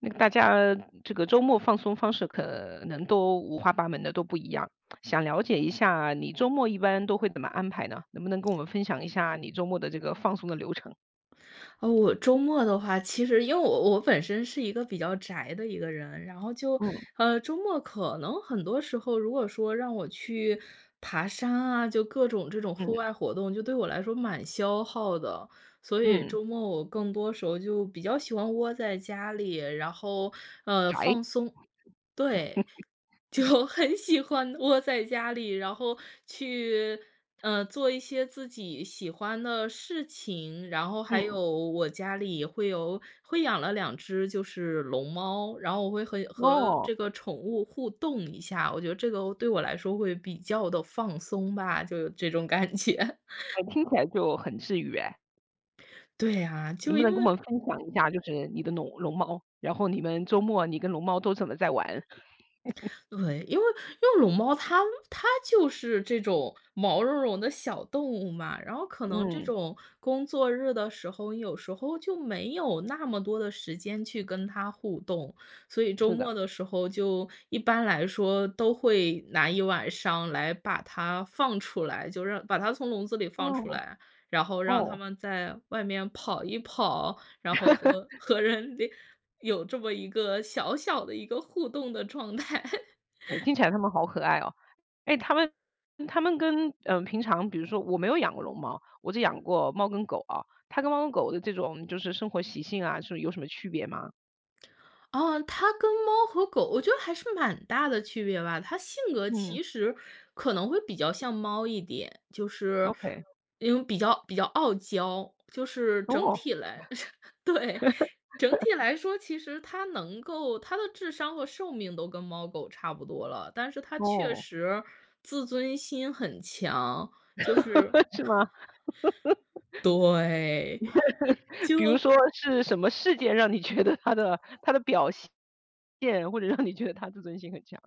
大家这个周末放松方式可能都五花八门的，都不一样。想了解一下你周末一般都会怎么安排呢？能不能跟我们分享一下你周末的这个放松的流程？哦，我周末的话，其实因为我本身是一个比较宅的一个人，然后就嗯周末可能很多时候，如果说让我去爬山啊，就各种这种户嗯外活动，就对我来说蛮消耗的。所以嗯，周末我更多时候就比较喜欢窝在家里，然后宅，放松。对，就 很喜欢窝在家里，然后去，做一些自己喜欢的事情。然后还嗯，有我家里会养了两只就是龙猫，然后我会和哦，这个宠物互动一下，我觉得这个对我来说会比较的放松吧，就有这种感觉。哎，听起来就很治愈哎。对啊，能就不因能为跟我们分享一下，就是你的龙猫，然后你们周末你跟龙猫都怎么在玩？对，因为龙猫它就是这种毛茸茸的小动物嘛，然后可能这嗯，种工作日的时候，有时候就没有那么多的时间去跟它互动，所以周是的，末的时候就一般来说都会拿一晚上来把它放出来，就让把它从笼子里放出哦来，然后让它哦，们在外面跑一跑，然后和人的有这么一个小小的一个互动的状态。诶，听起来它们好可爱哦。哎，它们跟，嗯，平常比如说我没有养过龙猫，我只养过猫跟狗啊，它跟猫跟狗的这种就是生活习性啊，是有什么区别吗？哦，它跟猫和狗，我觉得还是蛮大的区别吧。它性格嗯其实可能会比较像猫一点，就是，OK，因为比较傲娇，就是整哦，体来 对，整体来说，其实它能够它的智商和寿命都跟猫狗差不多了，但是它确哦，实自尊心很强，就是 是吗？对，比如就说是什么事件让你觉得它的表现，或者让你觉得它自尊心很强？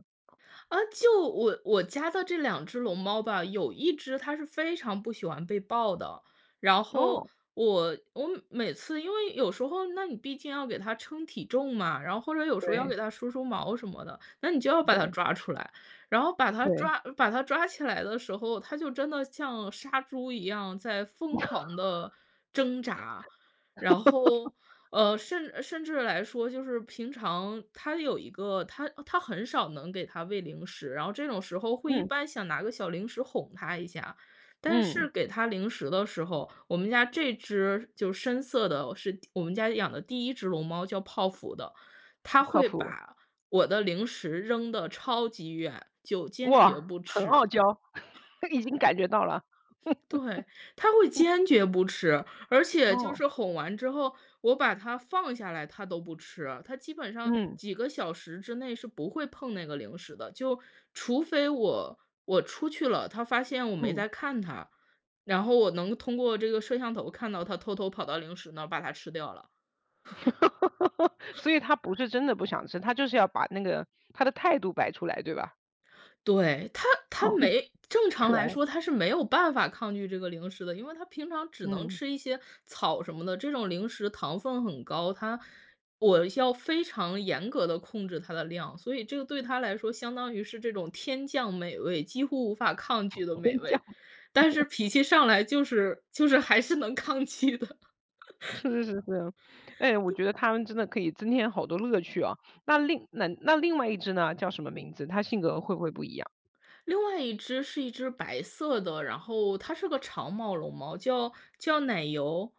就我家的这两只龙猫吧，有一只它是非常不喜欢被抱的，然后哦，我每次因为有时候，那你毕竟要给它称体重嘛，然后或者有时候要对，给它梳梳毛什么的，那你就要把它对，抓出来，然后对，把它抓起来的时候，它就真的像杀猪一样在疯狂的挣扎，然后甚至来说，就是平常他有一个他他很少能给他喂零食，然后这种时候会一嗯，般想拿个小零食哄他一下。但嗯，是给他零食的时候，我们家这只就是深色的是我们家养的第一只龙猫，叫泡芙的，它靠会谱，把我的零食扔的超级远，就坚决哇，不很吃。傲娇，已经感觉到了。对，他会坚决不吃，而且就哦，是哄完之后，我把它放下来，他都不吃。他基本上嗯，几个小时之内是不会碰那个零食的，就除非我出去了，他发现我没嗯。在看他，然后我能通过这个摄像头看到他偷偷跑到零食那儿把它吃掉了。哈哈哈，所以他不是真的不想吃，他就是要把他的态度摆出来，对吧？对，他他好没正常可来爱。说他是没有办法抗拒这个零食的，因为他平常只能嗯 吃一些草什么的，这种零食糖分很高，我要非常严格的控制它的量，所以这个对他来说相当于是这种天降美味，几乎无法抗拒的 美天降，味。但是脾气上来就是还是能 抗拒的。是是是是。哎，我觉得他们真的可以增添好多乐趣啊。那另那那另外一只呢，叫什么名字？它性格会不会不一样？另外一只是一只白色的，然后它是个长毛绒猫，叫奶油。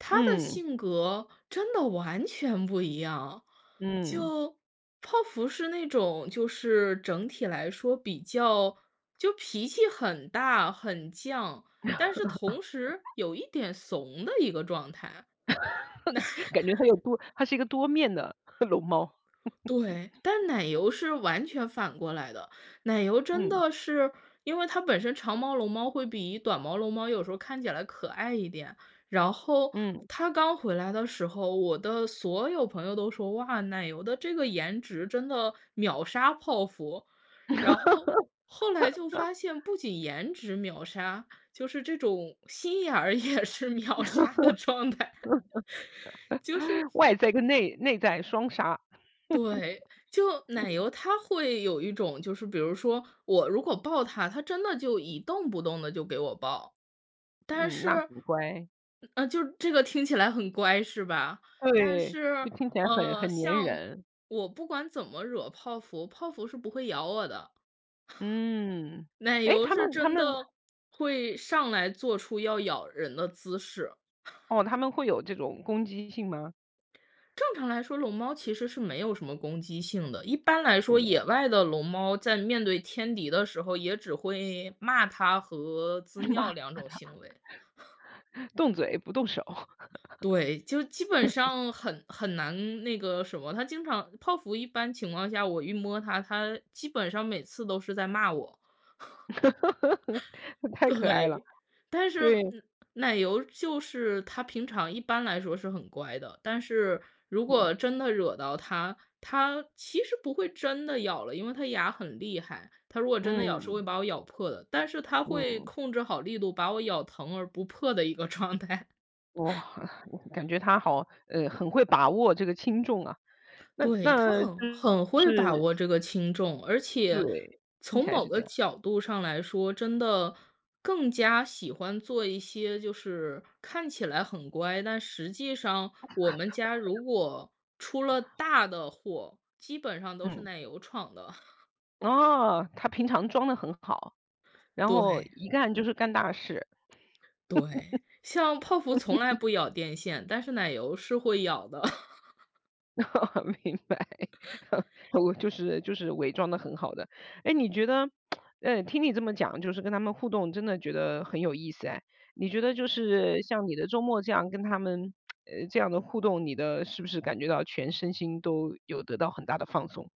它的嗯，性格真的完全不一样，嗯 就泡芙是那种就是整体来说比较就脾气很大很犟，但是同时有一点怂的一个状态。感觉它它是一个多面的 龙猫。对，但奶油是完全反过来的。奶油真嗯，的是因为它本身长毛龙猫会比短毛龙猫有时候看起来可爱一点，然后嗯，它刚回来的时候，我的所有朋友都说：“哇，奶油的这个颜值真的秒杀泡芙。”然后后来就发现不仅颜值秒杀，就是这种心眼儿也是 秒杀的状态。就是外在跟内在双杀。对，就奶油它会有一种就是比如说我如果抱它，它真的就一动不动的就给我抱。但嗯，那是很乖。就这个听起来很乖是吧？但对，是，就听起来很很粘像人。我不管怎么惹泡芙，泡芙是不会咬我的，嗯，奶诶，油他是们他真们的会上来做出要咬人的姿势。哦，他们会有这种攻击性吗？正常来说，龙猫其实是没有什么攻击性的。一般来你说，野们 外的龙猫在面对天敌的时候，也只会骂它和滋 尿妈，两种行为。动嘴不动手，对，就基本上很难那个什么，它经常泡芙一般情况下，我一摸它，它基本上每次都是在骂我。太可爱了。对，但是，对，嗯，奶油就是它平常一般来说是很乖的，但是如嗯，果真的惹到它，它其实不会真的咬了，因为它牙很厉害，它如果真的咬是嗯，会把我咬破的，但是它会嗯，控制好力度把我咬疼而不破的一个 状态。哇，感觉他好，很会把握这个轻重啊。那对，他那就很会把是握这个轻重，而且对，听起从来某是这个样，角度上来说，真的更加喜欢做一些就是看起来很乖，但实际上我们家如果出了大的祸，基本上都是嗯，奶油闯的。哦，他平常装的很好，然后对一干就是干大事。对，像泡芙从来不咬电线，但是奶油是会咬的。明白，我就是伪装的很好的。哎，你觉得，听你这么讲，就是跟他们互动，真的觉得很有意思哎。你觉得就是像你的周末这样跟他们，这样的互动，你的是不是感觉到全身心都有得到很大的放松？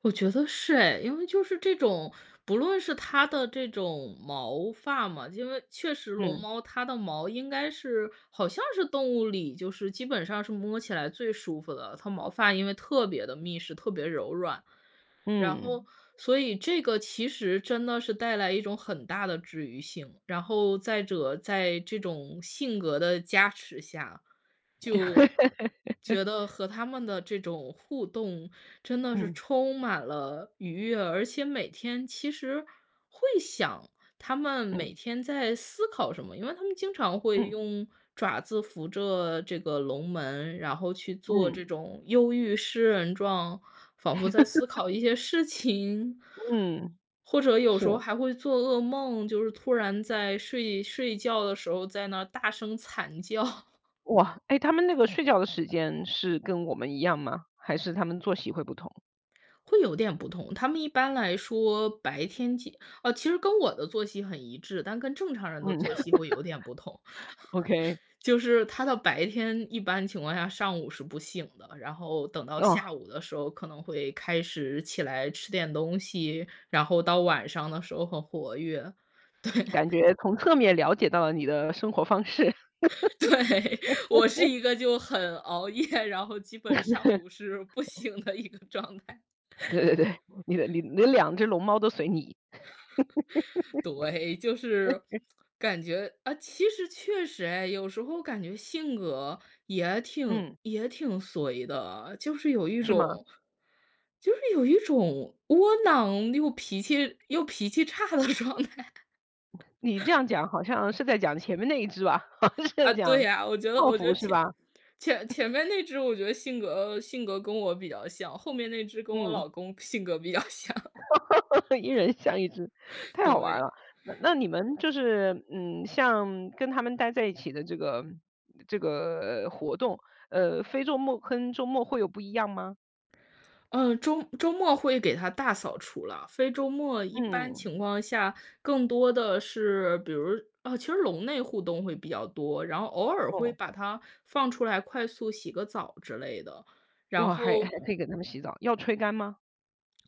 我觉得是哎，因为就是这种，不论是它的这种毛发嘛，因为确实龙嗯猫它的毛应该是好像是动物里就是基本上是摸起来最舒服的，它毛发因为特别的密实，特别柔软。然嗯，后所以这个其实真的是带来一种很大的治愈性，然后再者在这种性格的加持下，对觉得和他们的这种互动真的是嗯充满了愉悦，而且每天其实会想他们嗯对。每天在思考什么，因为他们经常会嗯用爪子扶着这个龙门，然后去做嗯这种忧郁诗人状，仿佛在思考一些事情。嗯，或者有是，时候还会做噩梦，就是突然在睡觉的时候在那儿大声惨叫。哇，哎，他们那个睡觉的时间是跟我们一样吗？还是他们作息会不同？会有点不同，他们一般来说白天起哦，其实跟我的作息很一致，但跟正常人的嗯 作 息会有点不同。，OK，就是他的白天一般情况下上午是不醒的，然后等到哦。下午的时候可能会开始起来吃点东西，然后到晚上的时候很活跃。感觉从侧面了解到了你的生活方式。对，我是一个就很熬夜，然后基本上午是不醒的一个状态。对对对，你的你你两只龙猫都随你，对，就是感觉啊，其实确实哎，有时候感觉性格嗯，也挺随的，就是有一是吗？种，就是有一种窝囊又脾气差的 状态你这样讲好像是在讲前面那一只吧？好像是在啊。对讲呀，我觉得，泡我觉芙得是吧？前面那只，我觉得性格跟我比较像，后面那只跟我嗯，老公性格比较像。一人像一只，太好玩儿对。了。那你们就是，嗯，像跟他们待在一起的这个活动，非周末跟周末会有不一样吗？嗯，周末会给它大扫除了，非周末一般嗯，情况下更多的是比如啊，其实笼内互动会比较多，然后偶尔会哦，把它放出来快速洗个澡之类的。然哇，还后，可以给他们洗澡，要吹干吗？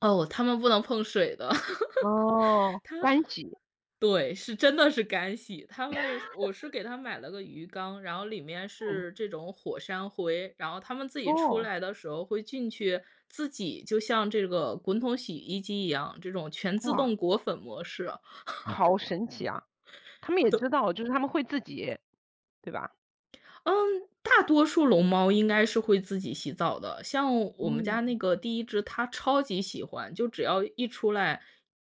哦，它们不能碰水的。哦，干洗，对，是真的是干洗。他们是我是给他买了个鱼缸，然后里面嗯。是这种火山灰，然后他们自己出哦，来的时候会进去，自己就像这个滚筒洗衣机一样，这种全自哇，动裹粉模式。好神奇啊！他们也知道，就是他们会自己对吧？嗯，大多数龙猫应该是会自己洗澡的。像我们家嗯。那个第一只，它超级喜欢，就只要一出来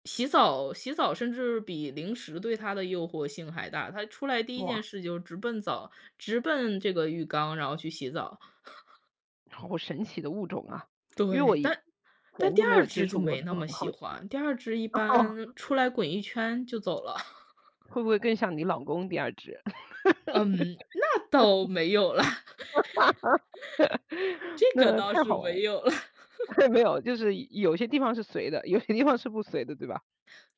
洗澡，洗澡甚至比零食对它的诱惑性还大。它出来第一件哇，事就直奔澡，直奔这个浴缸，然后去洗澡。好神奇的物种啊！因为我对，以但前第都没有二接只就触过，没所那以么很好喜奇，欢，第二只一 哦，般出来滚一圈就走了。会不会更像你老公第二只？嗯，那倒没有了，这个那倒太是好玩没了，有了。没有，就是有些地方是随的，有些地方是不随的，对吧？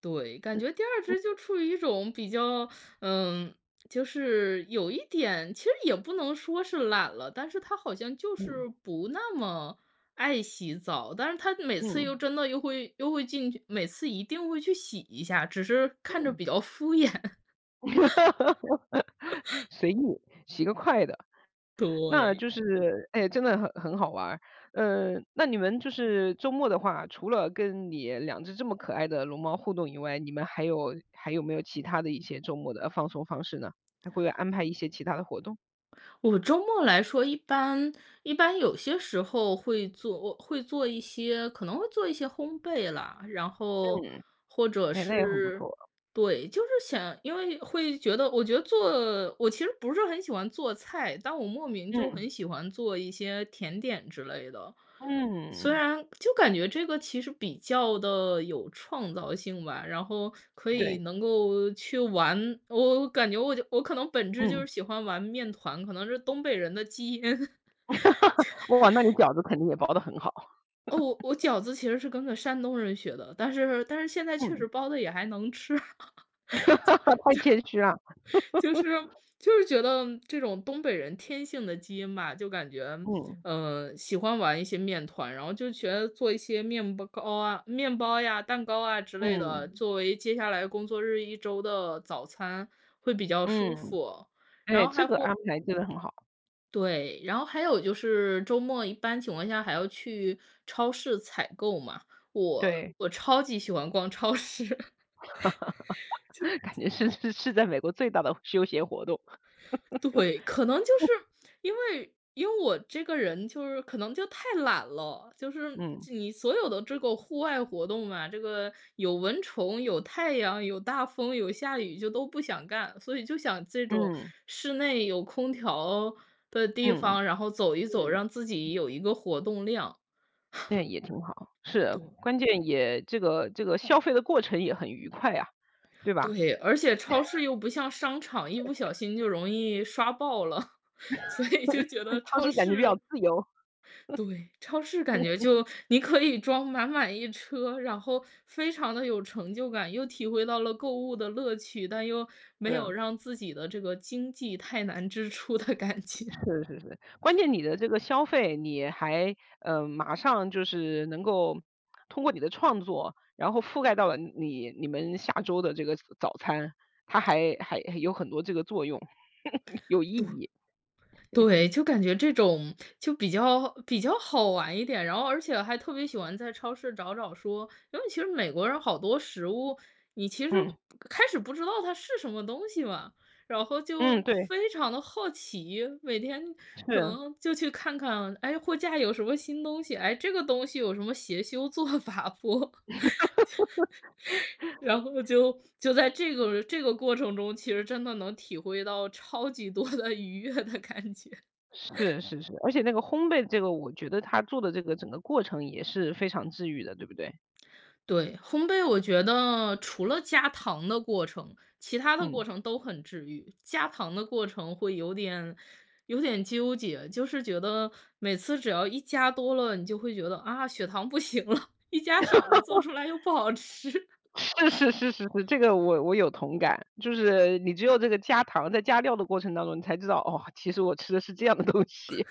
对，感觉第二只就处于一种比较，嗯，就是有一点，其实也不能说是懒了，但是它好像就嗯是不那么爱洗澡，但是它每次又嗯真的又会进去，每次一定会去洗一下，只是看着嗯。比较敷衍。哈哈哈随意，洗个快的。那对。就是，哎，真的很好玩儿。那你们就是周末的话，除了跟你两只这么可爱的龙猫互动以外，你们还有没有其他的一些周末的放松方式呢？还会安排一些其他的活动？我周末来说，一般有些时候会做一些，可能会做一些烘焙啦，然后嗯，或者哎，那也很不是错。对，就是想，因为会觉得，我觉得做，我其实不是很喜欢做菜，但我莫名就嗯，很喜欢做一些甜点之类的。虽嗯，然就感觉这个其实比较的有创造性吧，然后可以对，能够去玩我感觉我就我可能本质就嗯。是喜欢玩面团，可能是东北人的基因。哇，那你饺子肯定也包的很好。哦，我饺子其实是跟个山东人学的，但是现在确嗯，实包的也还能吃。太谦虚了。就是就是觉得这种东北人天性的基因吧，就感觉，嗯，嗯，喜欢玩一些面团，然后就觉得做一些面包糕啊、面包呀、蛋糕啊之类的，嗯，作为接下来工作日一周的早餐会比较舒嗯，服。然哎，后这还个会安排真的很好。对，然后还有就是周末一般情况下还要去超市采购嘛，我对，我超级喜欢逛超市。感觉是是是在美国最大的休闲活动。对，可能就是因为我这个人就是可能就太懒了，就是嗯，你所有的这个户外活动嘛，这个有蚊虫、有太阳、有大风、有下雨，就都不想干，所以就想这种嗯，室内有空调的地嗯，方，然后走一走，嗯，让自己有一个活动量。那也挺好。是，对关键也这个消费的过程也很愉快呀，对吧？对，而且超市又不像商场，一不小心就容易刷爆了，所以就觉 得当超时感觉比较市自由 对，超市感觉就你可以装满满一车，然后非常的有成就感，又体会到了购物的乐趣，但又没有让 自己的这个经济太难支出的感觉，是，是是是。关键你的这个消费，你还，马上就是能够通过你的创作，然后覆盖到了你们下周的这个早餐，它还有很多这个作用，有意对。义。对，就感觉这种就比较好玩一点，然后而且还特别喜欢在超市找找说，因为其实美国人好多食物，你其实嗯，开始不知道它是什么东西嘛，然后嗯，就对，非常的好奇，每天可是。能就去看看，哎，货架有什么新东西，哎，这个东西有什么邪修做法不？然后就在这个过程中，其实真的能体会到超级多的愉悦的感觉。是是是，而且那个烘焙这个，我觉得他做的这个整个过程也是非常治愈的，对不对？对，烘焙我觉得除了加糖的过程，其他的嗯，过程都很治愈。加糖的过程会有点有点纠结，就是觉得每次只要一加多了，你就会觉得啊，血糖不行了，一加少了做出来又不好吃。是是是是是，这个我有同感，就是你只有这个加糖在加料的过程当中，你才知道哦，其实我吃的是这样的东西。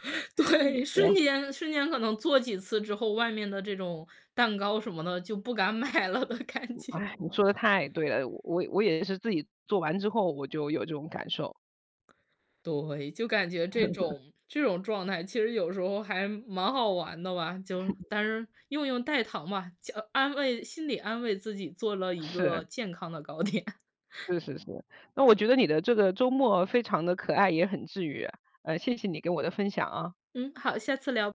对，我，瞬间瞬间可能做几次之后，外面的这种蛋糕什么的就不敢买了的感觉。哎，你说的太对了，我也是自己做完之后我就有这种感受，对，就感觉这种状态其实有时候还蛮好玩的吧，就但是用代糖吧，就安慰心理安慰自己，做了一是个健康的糕点。是是是，那我觉得你的这个周末非常的可爱，也很治愈啊，谢谢你给我的分享啊。嗯，好，下次聊。